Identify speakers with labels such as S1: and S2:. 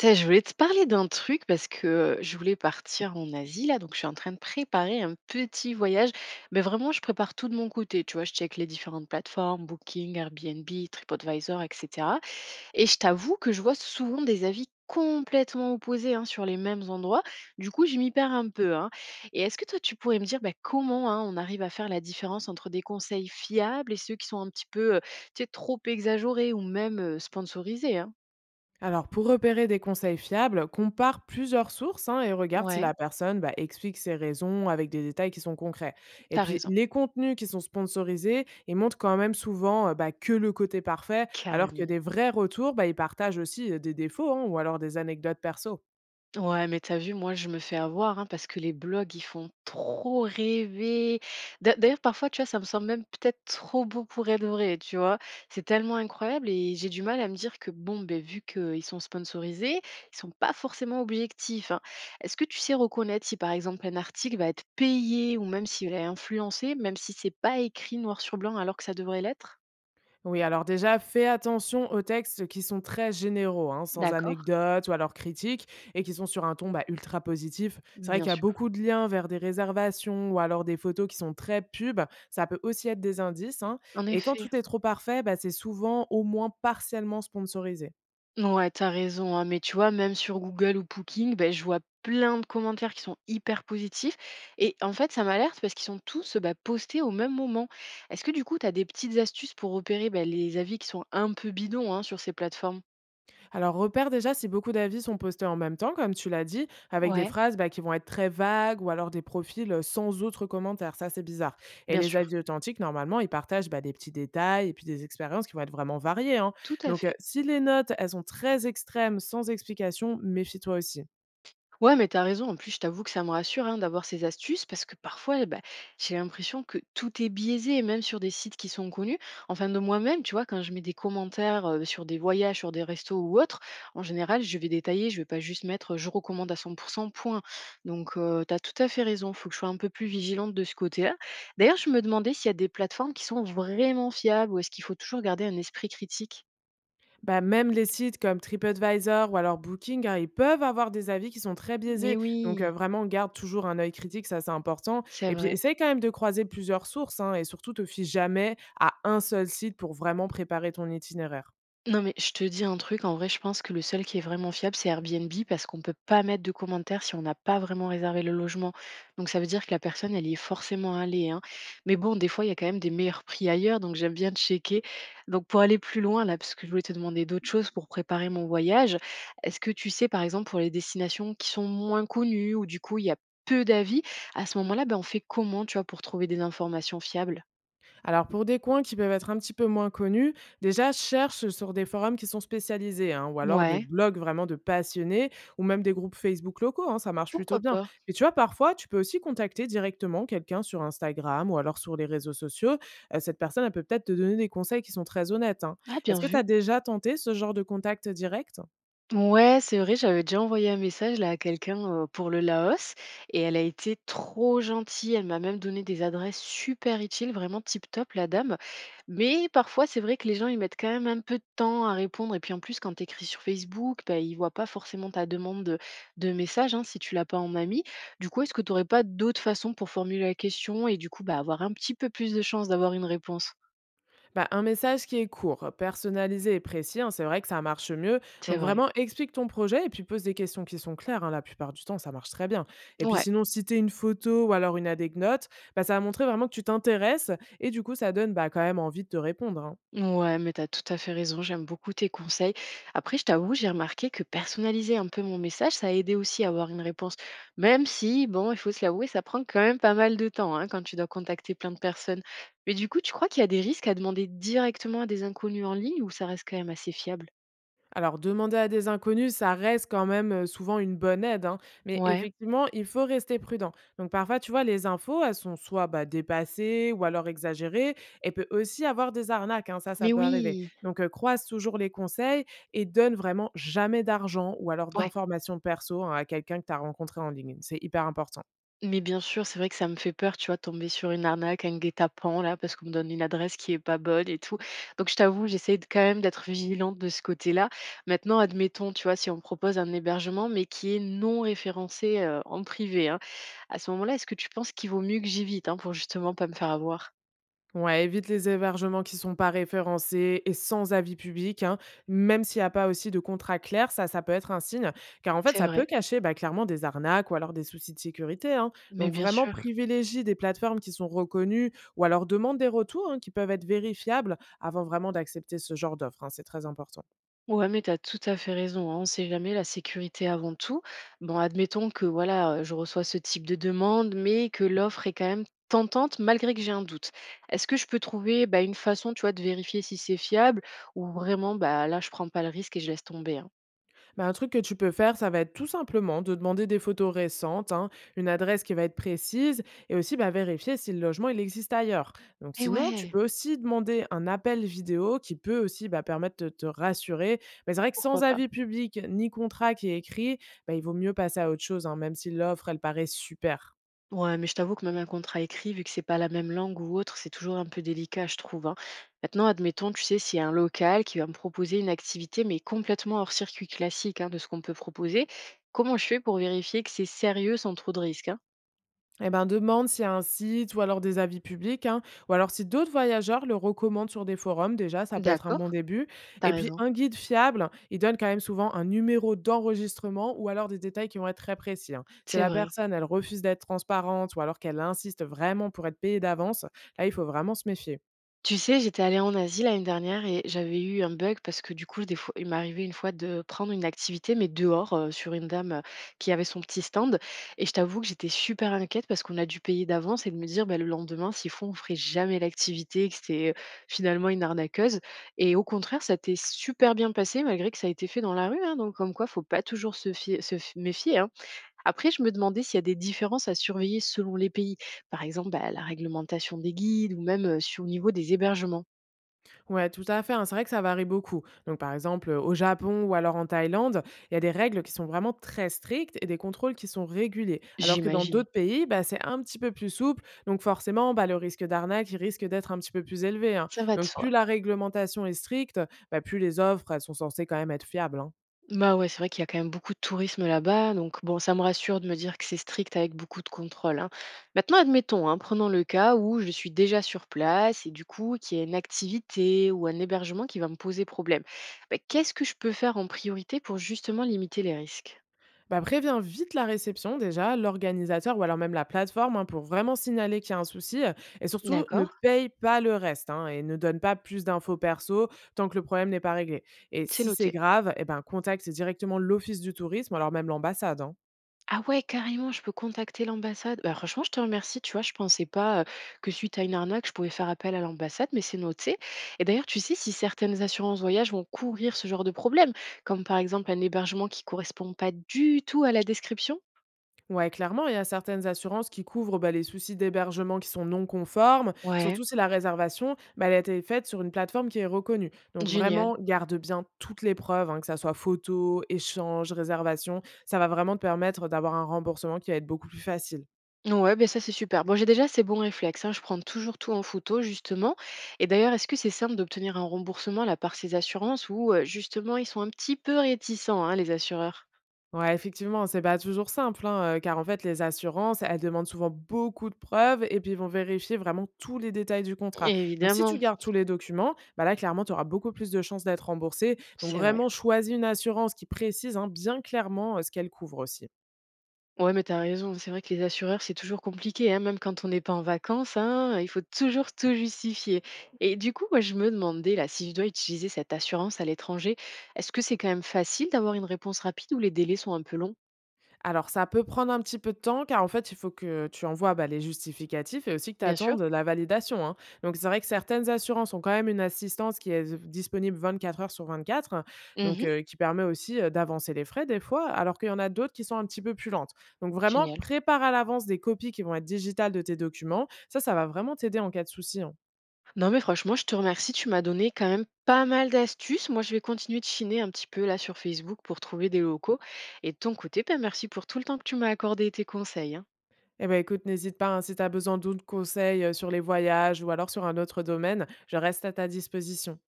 S1: Tu Je voulais te parler d'un truc parce que je voulais partir en Asie là, donc je suis en train de préparer un petit voyage. Mais vraiment, je prépare tout de mon côté. Tu vois, je check les différentes plateformes, Booking, Airbnb, TripAdvisor, etc. Et je t'avoue que je vois souvent des avis complètement opposés, hein, sur les mêmes endroits. Du coup, je m'y perds un peu, hein. Et est-ce que toi, tu pourrais me dire, bah, comment, hein, on arrive à faire la différence entre des conseils fiables et ceux qui sont un petit peu, tu sais, trop exagérés ou même sponsorisés, hein?
S2: Alors, pour repérer des conseils fiables, compare plusieurs sources, hein, et regarde si
S1: Ouais,
S2: la personne, bah, explique ses raisons avec des détails qui sont concrets. Et
S1: t'as
S2: puis,
S1: raison.
S2: les contenus qui sont sponsorisés, ils montrent quand même souvent que le côté parfait, alors que
S1: Carrément.
S2: des vrais retours, bah, ils partagent aussi des défauts, hein, ou alors des anecdotes perso.
S1: Ouais, mais t'as vu, moi, je me fais avoir, hein, parce que les blogs, ils font trop rêver. D'ailleurs, parfois, tu vois, ça me semble même peut-être trop beau pour être vrai, tu vois? C'est tellement incroyable et j'ai du mal à me dire que, bon, ben, vu qu'ils sont sponsorisés, ils sont pas forcément objectifs, hein. Est-ce que tu sais reconnaître si, par exemple, un article va être payé ou même s'il est influencé, même si c'est pas écrit noir sur blanc alors que ça devrait l'être?
S2: Oui, alors déjà, fais attention aux textes qui sont très généraux, hein, sans
S1: D'accord,
S2: anecdotes ou alors critiques, et qui sont sur un ton, bah, ultra positif. C'est vrai
S1: bien
S2: qu'il y a
S1: sûr.
S2: beaucoup de liens vers des réservations ou alors des photos qui sont très pubs. Ça peut aussi être des indices, hein.
S1: En
S2: Et quand
S1: effet.
S2: tout est trop parfait, bah, c'est souvent au moins partiellement sponsorisé.
S1: Ouais, t'as raison, hein, mais tu vois, même sur Google ou Booking, ben, je vois plein de commentaires qui sont hyper positifs. Et en fait, ça m'alerte parce qu'ils sont tous, bah, postés au même moment. Est-ce que du coup, t'as des petites astuces pour repérer, bah, les avis qui sont un peu bidons, hein, sur ces plateformes?
S2: Alors, repère déjà si beaucoup d'avis sont postés en même temps, comme tu l'as dit, avec des
S1: Ouais,
S2: phrases, bah, qui vont être très vagues ou alors des profils sans autres commentaires. Ça, c'est bizarre. Et
S1: bien
S2: les
S1: sûr,
S2: avis authentiques, normalement, ils partagent, bah, des petits détails et puis des expériences qui vont être vraiment variées, hein.
S1: tout à
S2: Donc,
S1: fait.
S2: si les notes, elles sont très extrêmes, sans explication, méfie-toi aussi.
S1: Ouais, mais t'as raison. En plus, je t'avoue que ça me rassure, hein, d'avoir ces astuces parce que parfois, bah, j'ai l'impression que tout est biaisé, même sur des sites qui sont connus. Enfin, de moi-même, tu vois, quand je mets des commentaires sur des voyages, sur des restos ou autres, en général, je vais détailler, je vais pas juste mettre je recommande à 100%, point. Donc, tu as tout à fait raison. Faut que je sois un peu plus vigilante de ce côté-là. D'ailleurs, je me demandais s'il y a des plateformes qui sont vraiment fiables ou est-ce qu'il faut toujours garder un esprit critique.
S2: Bah, même les sites comme TripAdvisor ou alors Booking, hein, ils peuvent avoir des avis qui sont très
S1: Mais
S2: biaisés. Donc,
S1: oui,
S2: vraiment, garde toujours un œil critique, ça, c'est important.
S1: c'est
S2: Et puis,
S1: vrai.
S2: essaye quand même de croiser plusieurs sources, hein, et surtout, te fie jamais à un seul site pour vraiment préparer ton itinéraire.
S1: Non, mais je te dis un truc, en vrai, je pense que le seul qui est vraiment fiable, c'est Airbnb parce qu'on peut pas mettre de commentaires si on n'a pas vraiment réservé le logement. Donc ça veut dire que la personne, elle y est forcément allée, hein. Mais bon, des fois, il y a quand même des meilleurs prix ailleurs, donc j'aime bien checker. Donc pour aller plus loin, là, parce que je voulais te demander d'autres choses pour préparer mon voyage, est-ce que tu sais, par exemple, pour les destinations qui sont moins connues ou du coup, il y a peu d'avis, à ce moment-là, ben, on fait comment, tu vois, pour trouver des informations fiables?
S2: Alors pour des coins qui peuvent être un petit peu moins connus, déjà cherche sur des forums qui sont spécialisés, hein, ou alors des
S1: Ouais,
S2: blogs vraiment de passionnés ou même des groupes Facebook locaux, hein, ça marche plutôt
S1: pourquoi
S2: bien.
S1: pas?
S2: Et tu vois, parfois, tu peux aussi contacter directement quelqu'un sur Instagram ou alors sur les réseaux sociaux. Cette personne, elle peut peut-être te donner des conseils qui sont très honnêtes, hein.
S1: Ah, bien
S2: Est-ce que tu
S1: vu.
S2: as déjà tenté ce genre de contact direct?
S1: Ouais, c'est vrai, j'avais déjà envoyé un message là à quelqu'un, pour le Laos, et elle a été trop gentille. Elle m'a même donné des adresses super utiles, vraiment tip top la dame. Mais parfois, c'est vrai que les gens ils mettent quand même un peu de temps à répondre et puis en plus quand tu écris sur Facebook, bah, ils voient pas forcément ta demande de message, hein, si tu l'as pas en ami. Du coup, est-ce que tu aurais pas d'autres façons pour formuler la question et du coup, bah, avoir un petit peu plus de chance d'avoir une réponse?
S2: Bah, un message qui est court, personnalisé et précis, hein, c'est vrai que ça marche mieux.
S1: C'est
S2: Donc
S1: vrai.
S2: vraiment, explique ton projet et puis pose des questions qui sont claires, hein, la plupart du temps, ça marche très bien. Et puis
S1: Ouais.
S2: sinon, citer une photo ou alors une anecdote, bah, ça va montrer vraiment que tu t'intéresses et du coup, ça donne, bah, quand même envie de te répondre, hein.
S1: Ouais, mais t'as tout à fait raison, j'aime beaucoup tes conseils. Après, je t'avoue, j'ai remarqué que personnaliser un peu mon message, ça a aidé aussi à avoir une réponse. Même si, bon, il faut se l'avouer, ça prend quand même pas mal de temps, hein, quand tu dois contacter plein de personnes. Mais du coup, tu crois qu'il y a des risques à demander directement à des inconnus en ligne ou ça reste quand même assez fiable?
S2: Alors demander à des inconnus, ça reste quand même, souvent une bonne aide, hein, mais
S1: Ouais.
S2: effectivement, il faut rester prudent. Donc parfois, tu vois, les infos, elles sont soit, bah, dépassées ou alors exagérées, et peut aussi avoir des arnaques, hein, ça
S1: Mais
S2: peut arriver.
S1: oui.
S2: Donc, croise toujours les conseils et donne vraiment jamais d'argent ou alors
S1: Ouais.
S2: d'informations perso, hein, à quelqu'un que tu as rencontré en ligne. C'est hyper important.
S1: Mais bien sûr, c'est vrai que ça me fait peur, tu vois, de tomber sur une arnaque, un guet-apens là, parce qu'on me donne une adresse qui est pas bonne et tout. Donc je t'avoue, quand même d'être vigilante de ce côté-là. Maintenant, admettons, tu vois, si on me propose un hébergement, mais qui est non référencé, en privé, hein, à ce moment-là, est-ce que tu penses qu'il vaut mieux que j'évite, hein, pour justement pas me faire avoir?
S2: Ouais, évite les hébergements qui sont pas référencés et sans avis public, hein, même s'il y a pas aussi de contrat clair, ça peut être un signe, car en fait,
S1: C'est
S2: ça peut
S1: vrai,
S2: cacher, bah, clairement des arnaques ou alors des soucis de sécurité, hein.
S1: mais
S2: Donc
S1: bien
S2: vraiment,
S1: sûr.
S2: privilégie des plateformes qui sont reconnues ou alors demande des retours, hein, qui peuvent être vérifiables avant vraiment d'accepter ce genre d'offre, hein, c'est très important.
S1: Ouais, mais tu as tout à fait raison, hein, on sait jamais, la sécurité avant tout. Bon, admettons que voilà, je reçois ce type de demande, mais que l'offre est quand même tentante malgré que j'ai un doute. Est-ce que je peux trouver, bah, une façon, tu vois, de vérifier si c'est fiable ou vraiment, bah là, je prends pas le risque et je laisse tomber, hein?
S2: Bah, un truc que tu peux faire, ça va être tout simplement de demander des photos récentes, hein, une adresse qui va être précise et aussi, bah, vérifier si le logement il existe ailleurs. Donc
S1: Eh
S2: sinon, tu
S1: ouais,
S2: peux aussi demander un appel vidéo qui peut aussi, bah, permettre de te rassurer. Mais c'est vrai que
S1: pourquoi
S2: sans
S1: pas?
S2: avis public ni contrat qui est écrit, bah, il vaut mieux passer à autre chose, hein, même si l'offre elle paraît super.
S1: Ouais, mais je t'avoue que même un contrat écrit, vu que c'est pas la même langue ou autre, c'est toujours un peu délicat, je trouve, hein. Maintenant, admettons, tu sais, s'il y a un local qui va me proposer une activité, mais complètement hors circuit classique, hein, de ce qu'on peut proposer, comment je fais pour vérifier que c'est sérieux sans trop de risques, hein?
S2: Eh ben, demande s'il y a un site ou alors des avis publics, hein, ou alors si d'autres voyageurs le recommandent sur des forums, déjà, ça peut être un bon
S1: D'accord.
S2: début.
S1: T'as
S2: Et puis,
S1: raison,
S2: un guide fiable, il donne quand même souvent un numéro d'enregistrement ou alors des détails qui vont être très précis, hein. Si
S1: c'est
S2: la
S1: vrai.
S2: personne, elle refuse d'être transparente ou alors qu'elle insiste vraiment pour être payée d'avance, là, il faut vraiment se méfier.
S1: Tu sais, j'étais allée en Asie l'année dernière et j'avais eu un bug parce que du coup, des fois, il m'arrivait une fois de prendre une activité, mais dehors, sur une dame qui avait son petit stand. Et je t'avoue que j'étais super inquiète parce qu'on a dû payer d'avance et de me dire, bah, le lendemain, s'ils font, on ferait jamais l'activité, et que c'était, finalement, une arnaqueuse. Et au contraire, ça t'est super bien passé malgré que ça a été fait dans la rue, hein. Donc, comme quoi, faut pas toujours se, fier- se f- méfier, hein. Après, je me demandais s'il y a des différences à surveiller selon les pays, par exemple, bah, la réglementation des guides ou même, sur au niveau des hébergements,
S2: Ouais, tout à fait, hein. C'est vrai que ça varie beaucoup. Donc, par exemple, au Japon ou alors en Thaïlande, il y a des règles qui sont vraiment très strictes et des contrôles qui sont réguliers. Alors que dans
S1: j'imagine.
S2: d'autres pays, bah, c'est un petit peu plus souple. Donc, forcément, bah, le risque d'arnaque, il risque d'être un petit peu plus élevé, hein.
S1: Ça va de
S2: Donc,
S1: soi.
S2: plus la réglementation est stricte, bah, plus les offres, elles sont censées quand même être fiables, hein.
S1: Bah ouais, c'est vrai qu'il y a quand même beaucoup de tourisme là-bas, donc bon, ça me rassure de me dire que c'est strict avec beaucoup de contrôles, hein. Maintenant, admettons, hein, prenons le cas où je suis déjà sur place et du coup qu'il y a une activité ou un hébergement qui va me poser problème. Bah, qu'est-ce que je peux faire en priorité pour justement limiter les risques?
S2: Bah, préviens vite la réception déjà, l'organisateur ou alors même la plateforme, hein, pour vraiment signaler qu'il y a un souci, et surtout ne
S1: D'accord,
S2: paye pas le reste, hein, et ne donne pas plus d'infos perso tant que le problème n'est pas réglé. Et
S1: c'est
S2: si c'est
S1: noté.
S2: grave, eh ben, contacte directement l'office du tourisme, alors même l'ambassade, hein.
S1: Ah ouais, carrément, je peux contacter l'ambassade. Bah, franchement, je te remercie. Tu vois, je pensais pas, que suite à une arnaque, je pouvais faire appel à l'ambassade, mais c'est noté. Et d'ailleurs, tu sais si certaines assurances voyage vont couvrir ce genre de problème, comme par exemple un hébergement qui correspond pas du tout à la description?
S2: Ouais, clairement, il y a certaines assurances qui couvrent, bah, les soucis d'hébergement qui sont non conformes,
S1: Ouais,
S2: surtout si la réservation, bah, elle a été faite sur une plateforme qui est reconnue. Donc
S1: génial.
S2: vraiment, garde bien toutes les preuves, hein, que ça soit photo, échange, réservation. Ça va vraiment te permettre d'avoir un remboursement qui va être beaucoup plus facile.
S1: Ouais, ben ça c'est super. Bon, j'ai déjà ces bons réflexes, hein, je prends toujours tout en photo, justement. Et d'ailleurs, est-ce que c'est simple d'obtenir un remboursement là par ces assurances ou, justement ils sont un petit peu réticents, hein, les assureurs?
S2: Ouais, effectivement, c'est pas toujours simple, hein, car en fait, les assurances, elles demandent souvent beaucoup de preuves et puis ils vont vérifier vraiment tous les détails du contrat. Donc si tu
S1: Évidemment,
S2: gardes tous les documents, bah là, clairement, tu auras beaucoup plus de chances d'être remboursé. Donc
S1: c'est vrai.
S2: vraiment, choisis une assurance qui précise, hein, bien clairement, ce qu'elle couvre aussi.
S1: Ouais, mais t'as raison. C'est vrai que les assureurs, c'est toujours compliqué, hein, même quand on n'est pas en vacances, hein, il faut toujours tout justifier. Et du coup, moi, je me demandais, là, si je dois utiliser cette assurance à l'étranger, est-ce que c'est quand même facile d'avoir une réponse rapide ou les délais sont un peu longs?
S2: Alors ça peut prendre un petit peu de temps car en fait, il faut que tu envoies, bah, les justificatifs et aussi que tu
S1: Bien sûr.
S2: attendes la validation, hein. Donc c'est vrai que certaines assurances ont quand même une assistance qui est d disponible 24 heures sur 24, donc
S1: Mhm.
S2: qui permet aussi, d'avancer les frais des fois, alors qu'il y en a d'autres qui sont un petit peu plus lentes. Donc vraiment,
S1: Génial.
S2: prépare à l'avance des copies qui vont être digitales de tes documents. Ça va vraiment t'aider en cas de souci, hein.
S1: Non, mais franchement, je te remercie. Tu m'as donné quand même pas mal d'astuces. Moi, je vais continuer de chiner un petit peu là sur Facebook pour trouver des locaux. Et de ton côté, ben, merci pour tout le temps que tu m'as accordé et tes conseils, hein.
S2: Eh bah, écoute, n'hésite pas, hein, si tu as besoin d'autres conseils, sur les voyages ou alors sur un autre domaine, je reste à ta disposition.